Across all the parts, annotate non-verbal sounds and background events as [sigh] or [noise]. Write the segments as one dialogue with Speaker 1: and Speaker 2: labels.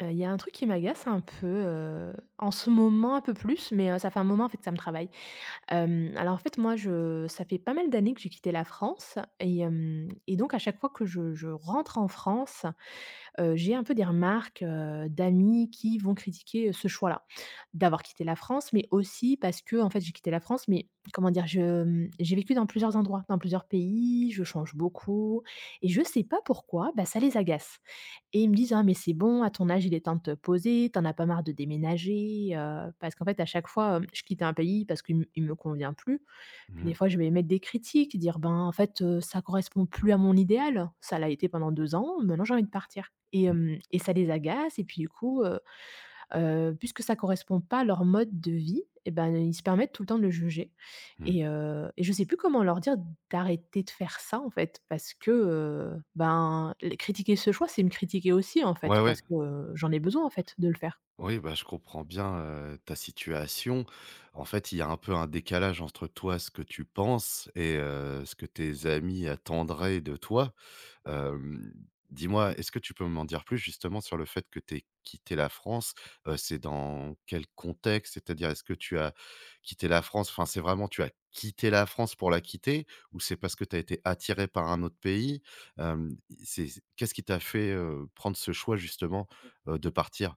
Speaker 1: Il y a un truc qui m'agace un peu, en ce moment un peu plus, mais ça fait un moment en fait que ça me travaille. Alors en fait moi je ça fait pas mal d'années que j'ai quitté la France et hem et donc à chaque fois que je rentre en France, j'ai un peu des remarques, d'amis qui vont critiquer, ce choix-là. D'avoir quitté la France, mais aussi parce que en fait j'ai quitté la France, mais comment dire? J'ai vécu dans plusieurs endroits, dans plusieurs pays, je change beaucoup et je sais pas pourquoi, bah, ça les agace. Et ils me disent: «Ah mais c'est bon, à ton âge, il est temps de te poser, t'en as pas marre de déménager». Parce qu'en fait, à chaque fois, je quitte un pays parce qu'il me convient plus. Puis des
Speaker 2: Mmh.
Speaker 1: fois, je vais émettre des critiques, dire: «Ben, en fait, ça correspond plus à mon idéal. Ça l'a été pendant 2 ans, maintenant j'ai envie de partir» et
Speaker 2: Mmh
Speaker 1: hem et ça les agace et puis du coup, puisque ça correspond pas à leur mode de vie et ben, ils se permettent tout le temps de le juger
Speaker 2: mh.
Speaker 1: et je sais plus comment leur dire d'arrêter de faire ça, en fait, parce que, ben, les critiquer ce choix, c'est me critiquer aussi, en
Speaker 2: Ouais,
Speaker 1: fait,
Speaker 2: ouais.
Speaker 1: parce que, j'en ai besoin, en fait, de le faire.
Speaker 2: Oui, bah, je comprends bien, ta situation. En fait, il y a un peu un décalage entre toi, ce que tu penses et ce que tes amis attendraient de toi. Hem, Dis-moi, est-ce que tu peux m'en dire plus justement sur le fait que tu aies quitté la France? C'est dans quel contexte? C'est-à-dire, est-ce que tu as quitté la France enfin, c'est vraiment tu as quitté la France pour la quitter ou c'est parce que tu as été attiré par un autre pays? Hem, c'est Qu'est-ce qui t'a fait, prendre ce choix justement, de partir?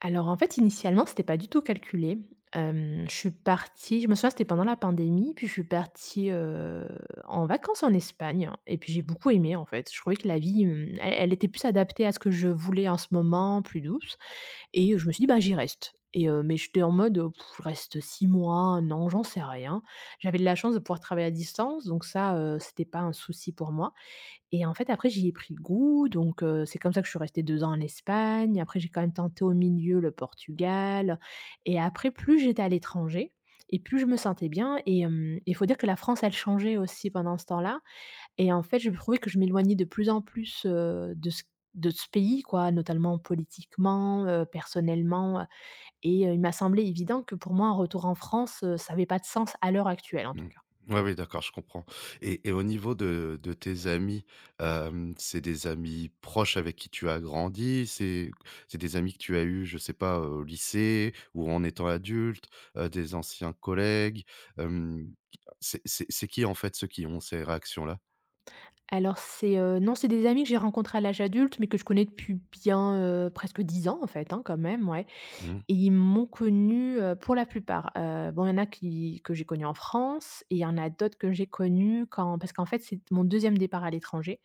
Speaker 1: Alors, en fait, initialement, c'était pas du tout calculé. Je suis partie je me souviens, c'était pendant la pandémie, puis je suis partie, en vacances en Espagne et puis j'ai beaucoup aimé, en fait. Je trouvais que la vie, elle était plus adaptée à ce que je voulais en ce moment, plus douce. Et je me suis dit: «Bah, j'y reste» et mais j'étais en mode: «Je reste 6 mois, non j'en sais rien. J'avais de la chance de pouvoir travailler à distance, donc ça, c'était pas un souci pour moi et en fait, après, j'y ai pris goût, donc c'est comme ça que je suis restée 2 ans en Espagne. Après, j'ai quand même tenté au milieu le Portugal et après, plus j'étais à l'étranger et plus je me sentais bien et il faut dire que la France, elle changeait aussi pendant ce temps-là et en fait, je trouvais que je m'éloignais de plus en plus, de ce pays quoi, notamment politiquement, personnellement, et il m'a semblé évident que pour moi un retour en France, ça avait pas de sens à l'heure actuelle en tout
Speaker 2: Mmh.
Speaker 1: cas.
Speaker 2: Ouais, oui, d'accord, je comprends et et au niveau de tes amis, c'est des amis proches avec qui tu as grandi? C'est des amis que tu as eus, je sais pas, au lycée ou en étant adulte, des anciens collègues? Hem, c'est qui, en fait, ceux qui ont ces réactions-là?
Speaker 1: Alors c'est, non, c'est des amis que j'ai rencontrés à l'âge adulte, mais que je connais depuis bien, presque 10 ans en fait, hein, quand même, ouais.
Speaker 2: Mmh.
Speaker 1: Et ils m'ont connue, pour la plupart, bon, il y en a qui que j'ai connus en France et il y en a d'autres que j'ai connus quand parce qu'en fait, c'est mon deuxième départ à l'étranger.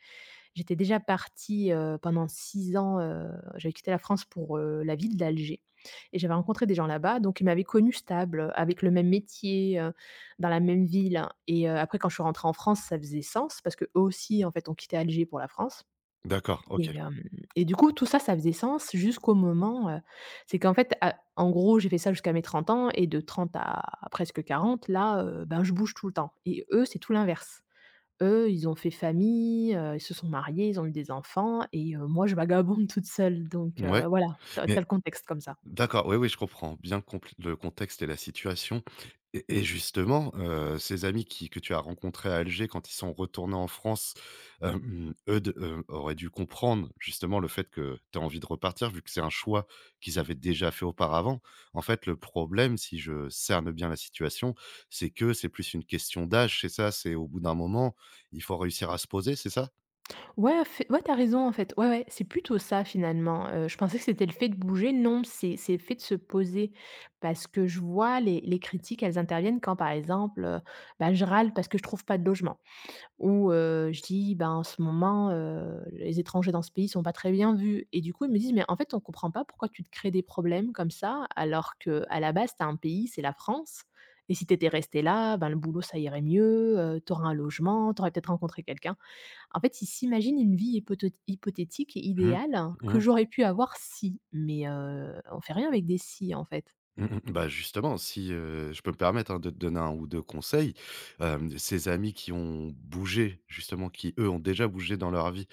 Speaker 1: J'étais déjà partie, pendant 6 ans, j'avais quitté la France pour, la ville d'Alger et j'avais rencontré des gens là-bas, donc ils m'avaient connue stable, avec le même métier, dans la même ville et après quand je suis rentrée en France, ça faisait sens parce que eux aussi, en fait, ont quitté Alger pour la France
Speaker 2: D'accord,
Speaker 1: et
Speaker 2: OK.
Speaker 1: hem et du coup, tout ça, ça faisait sens jusqu'au moment, c'est qu'en fait, à en gros, j'ai fait ça jusqu'à mes 30 ans et de 30 à presque 40, là, ben, je bouge tout le temps et eux, c'est tout l'inverse. Eux, ils ont fait famille, ils se sont mariés, ils ont eu des enfants et moi je vagabonde toute seule donc
Speaker 2: Ouais,
Speaker 1: voilà, tu as
Speaker 2: mais
Speaker 1: le contexte comme ça.
Speaker 2: d'accord, oui, oui, je comprends bien compl le contexte et la situation et justement, ces amis qui que tu as rencontrés à Alger quand ils sont retournés en France, eux de auraient dû comprendre justement le fait que tu as envie de repartir vu que c'est un choix qu'ils avaient déjà fait auparavant. En fait, le problème, si je cerne bien la situation, c'est que c'est plus une question d'âge, c'est ça? C'est au bout d'un moment, il faut réussir à se poser, c'est ça?
Speaker 1: Ouais, fai ouais, tu as raison en fait. Ouais, ouais, c'est plutôt ça finalement, je pensais que c'était le fait de bouger, non, c'est le fait de se poser parce que je vois les critiques, elles interviennent quand par exemple, bah, je râle parce que je trouve pas de logement. Où, je dis: «Ben, en ce moment, les étrangers dans ce pays sont pas très bien vus» et du coup, ils me disent: «Mais en fait, on comprend pas pourquoi tu te crées des problèmes comme ça, alors que à la base, tu as un pays, c'est la France et si tu étais restée là, ben, le boulot, ça irait mieux, tu aurais un logement, tu aurais peut-être rencontré quelqu'un». En fait, ils s'imaginent une vie hypothétique et
Speaker 2: Mmh.
Speaker 1: idéale hein, que
Speaker 2: Mmh.
Speaker 1: j'aurais pu avoir si, mais on fait rien avec des si, en fait.
Speaker 2: Mmh mh. Bah, justement, si, je peux me permettre, hein, de te donner un ou 2 conseils, ces amis qui ont bougé, justement, qui, eux, ont déjà bougé dans leur vie,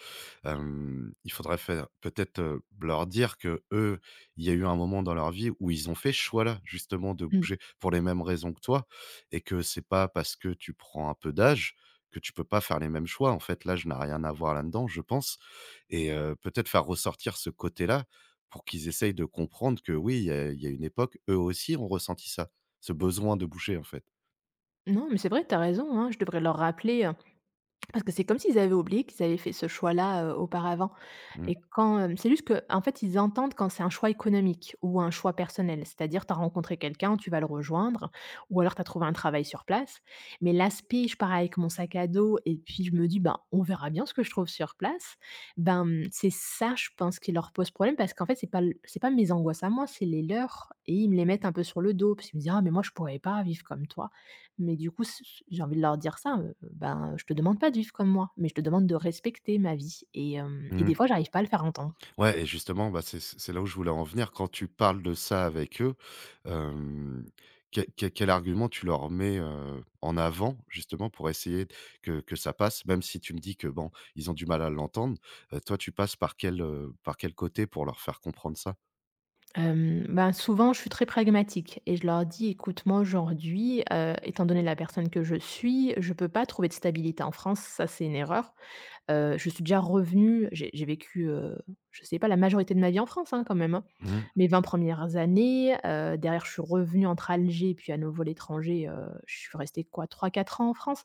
Speaker 2: il faudrait faire peut-être, leur dire que eux, il y a eu un moment dans leur vie où ils ont fait ce choix-là, justement, de
Speaker 1: Mmh.
Speaker 2: bouger pour les mêmes raisons que toi et que c'est pas parce que tu prends un peu d'âge que tu peux pas faire les mêmes choix. En fait, l'âge n'a rien à voir là-dedans, je pense. Et peut-être faire ressortir ce côté-là pour qu'ils essayent de comprendre que oui, il y a une époque, eux aussi ont ressenti ça, ce besoin de bouger, en fait.
Speaker 1: Non, mais c'est vrai, t'as raison, hein, je devrais leur rappeler, parce que c'est comme s'ils avaient oublié qu'ils avaient fait ce choix-là, auparavant.
Speaker 2: Mmh.
Speaker 1: Et quand, hem c'est juste que, en fait, ils entendent quand c'est un choix économique ou un choix personnel. C'est-à-dire, tu as rencontré quelqu'un, tu vas le rejoindre ou alors tu as trouvé un travail sur place. Mais l'aspect, je pars avec mon sac à dos et puis je me dis: «Ben, on verra bien ce que je trouve sur place». Ben, c'est ça, je pense, qui leur pose problème parce qu'en fait, c'est pas mes angoisses à moi, c'est les leurs et ils me les mettent un peu sur le dos parce qu'ils me disent: «Ah mais moi, je pourrais pas vivre comme toi». Mais du coup, c c j'ai envie de leur dire ça, ben, je te demande pas de vivre comme moi, mais je te demande de respecter ma vie et hem et des
Speaker 2: Mmh.
Speaker 1: fois, j'arrive pas à le faire entendre.
Speaker 2: Ouais et justement, bah, c'est là où je voulais en venir. Quand tu parles de ça avec eux, hem, quel argument tu leur mets, en avant justement pour essayer que ça passe? Même si tu me dis que, bon, ils ont du mal à l'entendre, toi tu passes par quel côté pour leur faire comprendre ça?
Speaker 1: Ben, souvent, je suis très pragmatique et je leur dis: «Écoute, moi, aujourd'hui, étant donné la personne que je suis, je peux pas trouver de stabilité en France, ça, c'est une erreur. Je suis déjà revenue, j'ai vécu, je sais pas, la majorité de ma vie en France, hein, quand même, hein.
Speaker 2: Mmh.
Speaker 1: Mes 20 premières années, derrière, je suis revenue entre Alger et puis à nouveau l'étranger, je suis restée quoi, trois quatre ans en France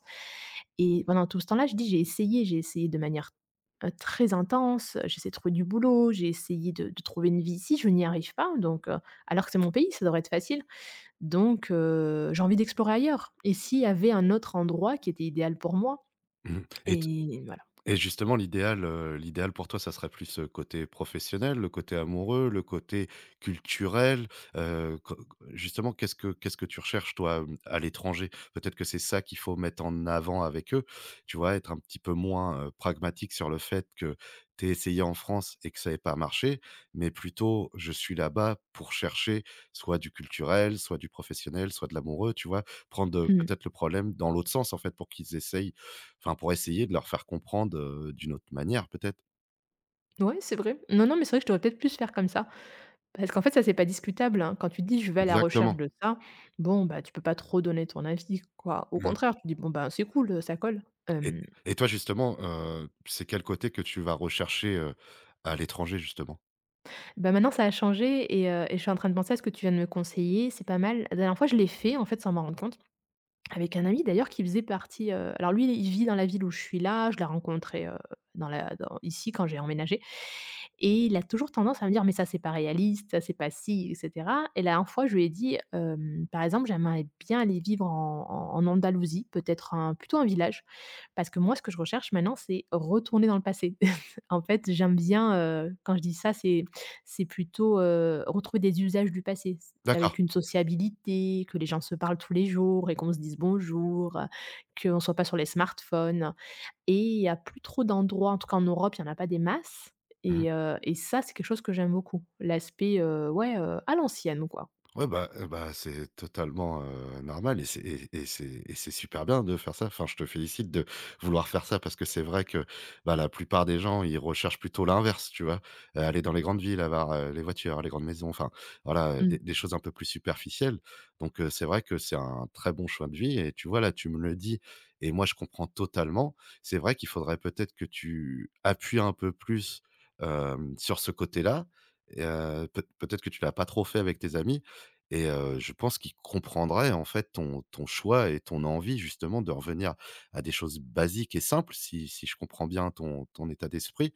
Speaker 1: et pendant tout ce temps-là, je dis: j'ai essayé de manière très intense, j'essaie de trouver du boulot, j'ai essayé de trouver une vie ici, je n'y arrive pas donc alors que c'est mon pays, ça devrait être facile donc j'ai envie d'explorer ailleurs et s'il y avait un autre endroit qui était idéal pour moi
Speaker 2: Mmh. et
Speaker 1: et voilà.
Speaker 2: Et justement, l'idéal, l'idéal pour toi, ça serait plus, côté professionnel, le côté amoureux, le côté culturel, co justement, qu'est-ce que tu recherches toi, mmh, à l'étranger? Peut-être que c'est ça qu'il faut mettre en avant avec eux, tu vois? Être un petit peu moins, pragmatique sur le fait que t'es essayé en France et que ça ait pas marché, mais plutôt: «Je suis là-bas pour chercher soit du culturel, soit du professionnel, soit de l'amoureux», tu vois? Prendre,
Speaker 1: Mmh.
Speaker 2: peut-être le problème dans l'autre sens, en fait, pour qu'ils essayent enfin, pour essayer de leur faire comprendre, d'une autre manière peut-être?
Speaker 1: Ouais, c'est vrai. Non, non, mais c'est vrai que je devrais peut-être plus faire comme ça parce qu'en fait, ça, c'est pas discutable, hein. Quand tu dis: «Je vais à la recherche
Speaker 2: Exactement.
Speaker 1: de ça», bon, bah, tu peux pas trop donner ton avis, quoi. Au
Speaker 2: Mmh.
Speaker 1: contraire, tu dis: «Bon, bah, c'est cool, ça colle».
Speaker 2: et et toi justement, c'est quel côté que tu vas rechercher, à l'étranger justement?
Speaker 1: Bah, maintenant ça a changé et je suis en train de penser à ce que tu viens de me conseiller, c'est pas mal. La dernière fois je l'ai fait en fait sans m'en rendre compte, avec un ami d'ailleurs qui faisait partie, alors lui il vit dans la ville où je suis là, je l'ai rencontré, dans ici quand j'ai emménagé et il a toujours tendance à me dire: «Mais ça c'est pas réaliste, ça c'est pas si et cetera» et la dernière fois je lui ai dit, par exemple: «J'aimerais bien aller vivre en Andalousie, peut-être un plutôt un village». Parce que moi, ce que je recherche maintenant, c'est retourner dans le passé. [laughs] En fait, j'aime bien, quand je dis ça, c'est plutôt, retrouver des usages du passé, c
Speaker 2: D'accord.
Speaker 1: avec une sociabilité, que les gens se parlent tous les jours et qu'on se dise bonjour, qu'on ne soit pas sur les smartphones et il y a plus trop d'endroits, en tout cas en Europe, il y en a pas des masses
Speaker 2: Mmh.
Speaker 1: et ça, c'est quelque chose que j'aime beaucoup. L'aspect, ouais, à l'ancienne, quoi.
Speaker 2: Ouais, bah, bah, c'est totalement, normal et c'est super bien de faire ça. Enfin, je te félicite de vouloir faire ça parce que c'est vrai que, bah, la plupart des gens, ils recherchent plutôt l'inverse, tu vois? Aller dans les grandes villes, avoir, les voitures, les grandes maisons, enfin, voilà, des
Speaker 1: Mmh.
Speaker 2: des choses un peu plus superficielles. Donc c'est vrai que c'est un très bon choix de vie et tu vois, là, tu me le dis et moi, je comprends totalement. C'est vrai qu'il faudrait peut-être que tu appuies un peu plus, sur ce côté-là et heu, peut-être que tu l'as pas trop fait avec tes amis et je pense qu'il comprendrait, en fait, ton choix et ton envie, justement, de revenir à des choses basiques et simples, si je comprends bien ton état d'esprit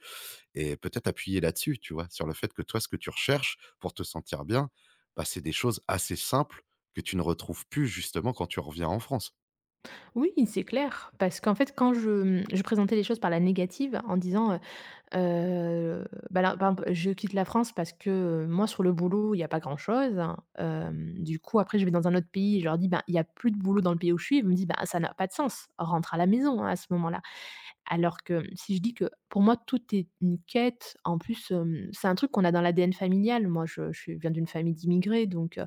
Speaker 2: et peut-être appuyer là-dessus, tu vois? Sur le fait que toi, ce que tu recherches pour te sentir bien, bah, c'est des choses assez simples que tu ne retrouves plus, justement, quand tu reviens en France.
Speaker 1: Oui, c'est clair, parce qu'en fait, je présentais les choses par la négative en disant, Heu, bah, là, par exemple, je quitte la France parce que, moi, sur le boulot, il y a pas grand-chose. Du coup, après, je vais dans un autre pays, et je leur dis: «Ben, il y a plus de boulot dans le pays où je suis». Ils me disent: «Bah, ça n'a pas de sens, rentre à la maison, hein, à ce moment-là». Alors que si je dis que pour moi, tout est une quête, en plus, c'est un truc qu'on a dans l'ADN familial. Moi, je viens d'une famille d'immigrés, donc heu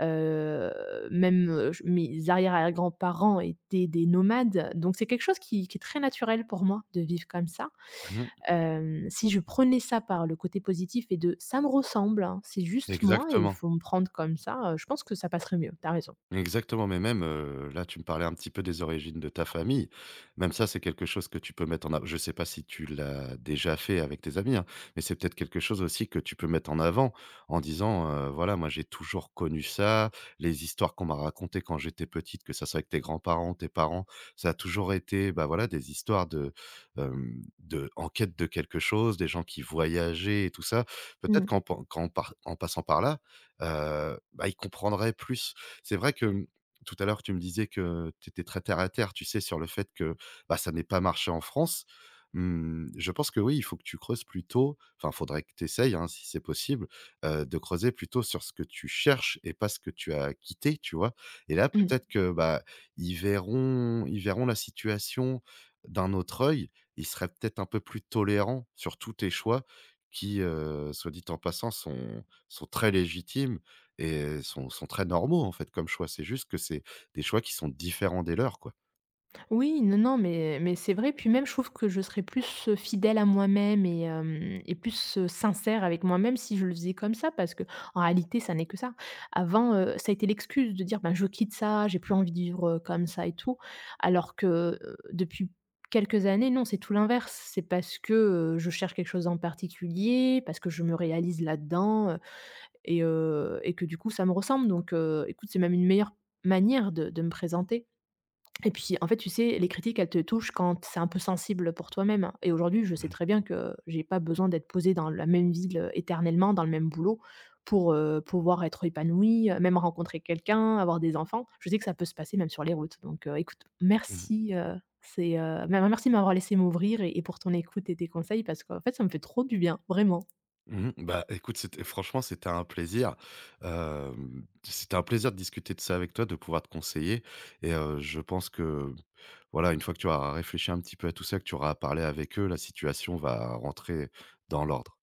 Speaker 1: Heu, même, j mes arrière grands parents étaient des nomades, donc c'est quelque chose qui est très naturel pour moi de vivre comme ça.
Speaker 2: Mmh.
Speaker 1: Si je prenais ça par le côté positif et de: «Ça me ressemble, hein, c'est juste moi et il
Speaker 2: Exactement.
Speaker 1: faut me prendre comme ça», je pense que ça passerait mieux, T'as as raison.
Speaker 2: Exactement, mais même, là, tu me parlais un petit peu des origines de ta famille. Même ça, c'est quelque chose que tu peux mettre en av je ne sais pas si tu l'as déjà fait avec tes amis, hein, mais c'est peut-être quelque chose aussi que tu peux mettre en avant en disant, «Voilà, moi, j'ai toujours connu ça. Les histoires qu'on m'a racontées quand j'étais petite, que ça soit avec tes grands-parents, tes parents, ça a toujours été, bah, voilà, des histoires de, en quête de quelque chose, des gens qui voyageaient et tout ça». Peut-être qu'en pen qu'en par en passant par là, bah, ils comprendraient plus c'est vrai que tout à l'heure, tu me disais que tu étais très terre à terre, tu sais, sur le fait que, bah, ça n'ait pas marché en France. Mmh, je pense que oui, il faut que tu creuses plutôt enfin, faudrait que tu essayes, hein, si c'est possible, de creuser plutôt sur ce que tu cherches et pas ce que tu as quitté, tu vois? Et là,
Speaker 1: Mmh.
Speaker 2: peut-être que, bah, ils verront la situation d'un autre œil. Ils seraient peut-être un peu plus tolérants sur tous tes choix qui, soit dit en passant, sont très légitimes et sont très normaux, en fait, comme choix. C'est juste que c'est des choix qui sont différents des leurs, quoi.
Speaker 1: Oui, non, non, mais c'est vrai. Puis même, je trouve que je serais plus, fidèle à moi-même et hem et plus, sincère avec moi-même si je le faisais comme ça parce que en réalité, ça n'est que ça. Avant, ça a été l'excuse de dire: «Ben, je quitte ça, j'ai plus envie de vivre, comme ça et tout». Alors que, depuis quelques années, non, c'est tout l'inverse. C'est parce que, je cherche quelque chose en particulier, parce que je me réalise là-dedans, et que du coup, ça me ressemble. Donc écoute, c'est même une meilleure manière de me présenter. Et puis, en fait, tu sais, les critiques, elles te touchent quand c'est un peu sensible pour toi-même. Et aujourd'hui, je sais
Speaker 2: Mmh
Speaker 1: très bien que j'ai pas besoin d'être posée dans la même ville, éternellement, dans le même boulot pour, pouvoir être épanouie, même rencontrer quelqu'un, avoir des enfants. Je sais que ça peut se passer même sur les routes. Donc, écoute,
Speaker 2: mh.
Speaker 1: merci, c'est, merci de m'avoir laissé m'ouvrir et pour ton écoute et tes conseils parce qu'en fait, ça me fait trop du bien, vraiment.
Speaker 2: Mmh. Bah, écoute, c'était un plaisir. C'était un plaisir de discuter de ça avec toi, de pouvoir te conseiller et je pense que, voilà, une fois que tu auras réfléchi un petit peu à tout ça, que tu auras parlé avec eux, la situation va rentrer dans l'ordre.